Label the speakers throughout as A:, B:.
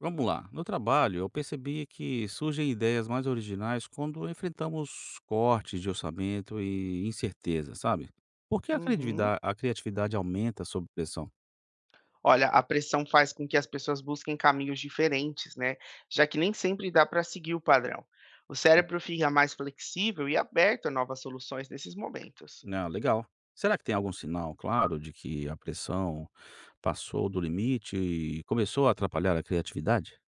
A: Vamos lá. No trabalho, eu percebi que surgem ideias mais originais quando enfrentamos cortes de orçamento e incerteza, sabe? Por que a
B: Uhum.
A: criatividade, a criatividade aumenta sob pressão?
B: Olha, a pressão faz com que as pessoas busquem caminhos diferentes, né? Já que nem sempre dá para seguir o padrão. O cérebro fica mais flexível e aberto a novas soluções nesses momentos.
A: Não, legal. Será que tem algum sinal claro de que a pressão passou do limite e começou a atrapalhar a criatividade?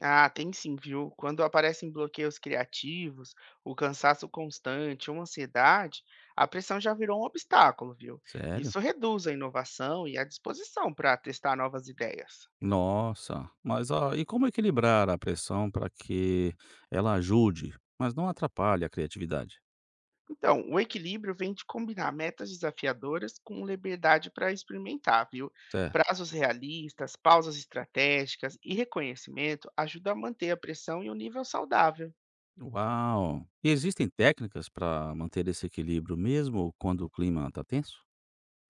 B: Ah, tem sim, viu? Quando aparecem bloqueios criativos, o cansaço constante, uma ansiedade, a pressão já virou um obstáculo, viu?
A: Sério?
B: Isso reduz a inovação e a disposição para testar novas ideias.
A: Nossa, mas ó, e como equilibrar a pressão para que ela ajude, mas não atrapalhe a criatividade?
B: Então, o equilíbrio vem de combinar metas desafiadoras com liberdade para experimentar, viu?
A: Certo?
B: Prazos realistas, pausas estratégicas e reconhecimento ajudam a manter a pressão e o nível saudável.
A: Uau! E existem técnicas para manter esse equilíbrio mesmo quando o clima está tenso?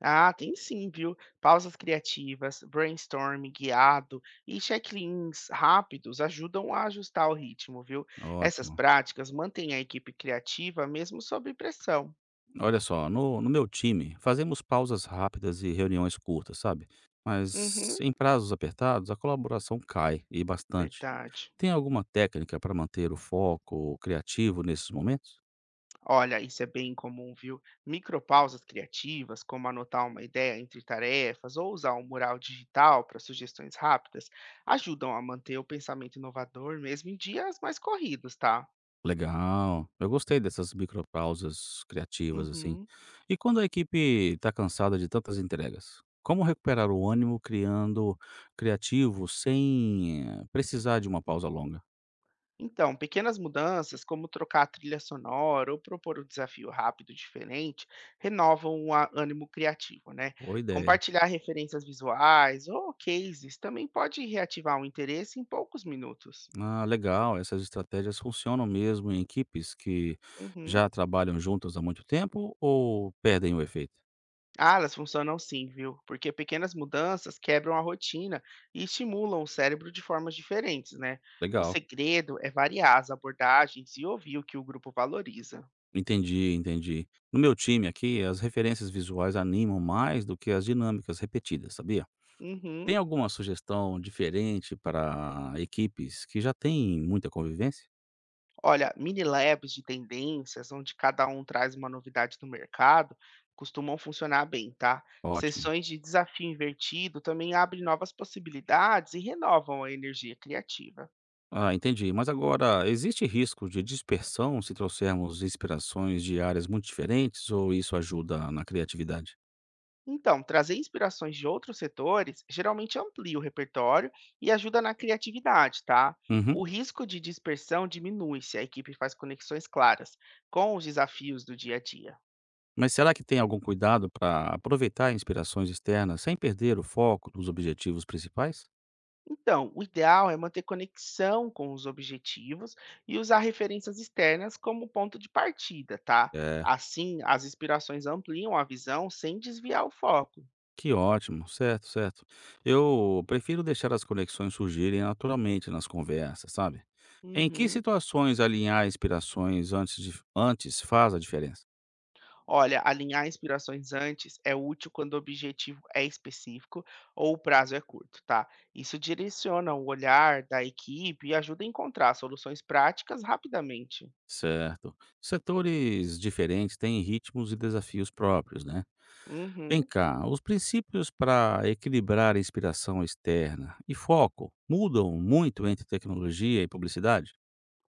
B: Ah, tem sim, viu? Pausas criativas, brainstorming guiado e check-ins rápidos ajudam a ajustar o ritmo, viu? Essas
A: Ótimo.
B: práticas mantêm a equipe criativa mesmo sob pressão.
A: Olha só, no meu time, fazemos pausas rápidas e reuniões curtas, sabe? Mas
B: Uhum,
A: em prazos apertados, a colaboração cai e bastante.
B: verdade.
A: Tem alguma técnica para manter o foco criativo nesses momentos?
B: Olha, isso é bem comum, viu? Micropausas criativas, como anotar uma ideia entre tarefas ou usar um mural digital para sugestões rápidas, ajudam a manter o pensamento inovador mesmo em dias mais corridos, tá?
A: Legal. Eu gostei dessas micropausas criativas, assim.
B: Uhum.
A: E quando a equipe está cansada de tantas entregas, como recuperar o ânimo criando criativo sem precisar de uma pausa longa?
B: Então, pequenas mudanças, como trocar a trilha sonora ou propor um desafio rápido diferente, renovam o ânimo criativo, né?
A: Boa ideia.
B: Compartilhar referências visuais ou cases também pode reativar o interesse em poucos minutos.
A: Ah, legal. Essas estratégias funcionam mesmo em equipes que
B: Uhum.
A: já trabalham juntas há muito tempo ou perdem o efeito?
B: Ah, elas funcionam sim, viu? Porque pequenas mudanças quebram a rotina e estimulam o cérebro de formas diferentes, né? O
A: Legal.
B: segredo é variar as abordagens e ouvir o que o grupo valoriza.
A: Entendi, entendi. No meu time aqui, as referências visuais animam mais do que as dinâmicas repetidas, sabia? Tem
B: Uhum.
A: alguma sugestão diferente para equipes que já têm muita convivência?
B: Olha, mini labs de tendências, onde cada um traz uma novidade do mercado, costumam funcionar bem, tá?
A: Ótimo.
B: Sessões de desafio invertido também abrem novas possibilidades e renovam a energia criativa.
A: Ah, entendi. Mas agora, existe risco de dispersão se trouxermos inspirações de áreas muito diferentes ou isso ajuda na criatividade?
B: Então, trazer inspirações de outros setores geralmente amplia o repertório e ajuda na criatividade, tá?
A: Uhum.
B: O risco de dispersão diminui se a equipe faz conexões claras com os desafios do dia a dia.
A: Mas será que tem algum cuidado para aproveitar inspirações externas sem perder o foco dos objetivos principais?
B: Então, o ideal é manter conexão com os objetivos e usar referências externas como ponto de partida, tá?
A: É.
B: Assim, as inspirações ampliam a visão sem desviar o foco.
A: Que ótimo, certo, certo. Eu prefiro deixar as conexões surgirem naturalmente nas conversas, sabe? Em que
B: Uhum.
A: situações alinhar inspirações antes faz a diferença?
B: Olha, alinhar inspirações antes é útil quando o objetivo é específico ou o prazo é curto, tá? Isso direciona o olhar da equipe e ajuda a encontrar soluções práticas rapidamente.
A: Certo. Setores diferentes têm ritmos e desafios próprios, né? Vem
B: Uhum.
A: cá, os princípios para equilibrar a inspiração externa e foco mudam muito entre tecnologia e publicidade?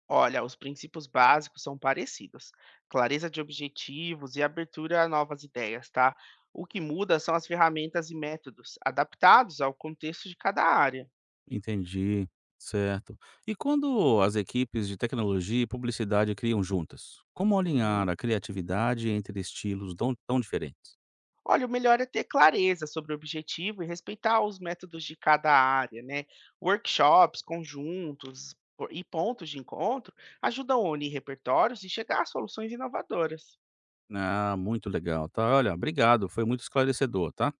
B: Olha, os princípios básicos são parecidos: clareza de objetivos e abertura a novas ideias, tá? O que muda são as ferramentas e métodos adaptados ao contexto de cada área.
A: Entendi, certo. E quando as equipes de tecnologia e publicidade criam juntas, como alinhar
B: Uhum.
A: a criatividade entre estilos tão diferentes?
B: Olha, o melhor é ter clareza sobre o objetivo e respeitar os métodos de cada área, né? Workshops, e pontos de encontro ajudam a unir repertórios e chegar a soluções inovadoras.
A: Ah, muito legal, tá? Olha, obrigado, foi muito esclarecedor, tá?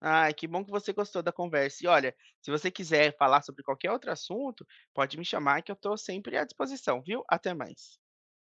B: Ai, que bom que você gostou da conversa. E olha, se você quiser falar sobre qualquer outro assunto, pode me chamar que eu estou sempre à disposição, viu? Até mais.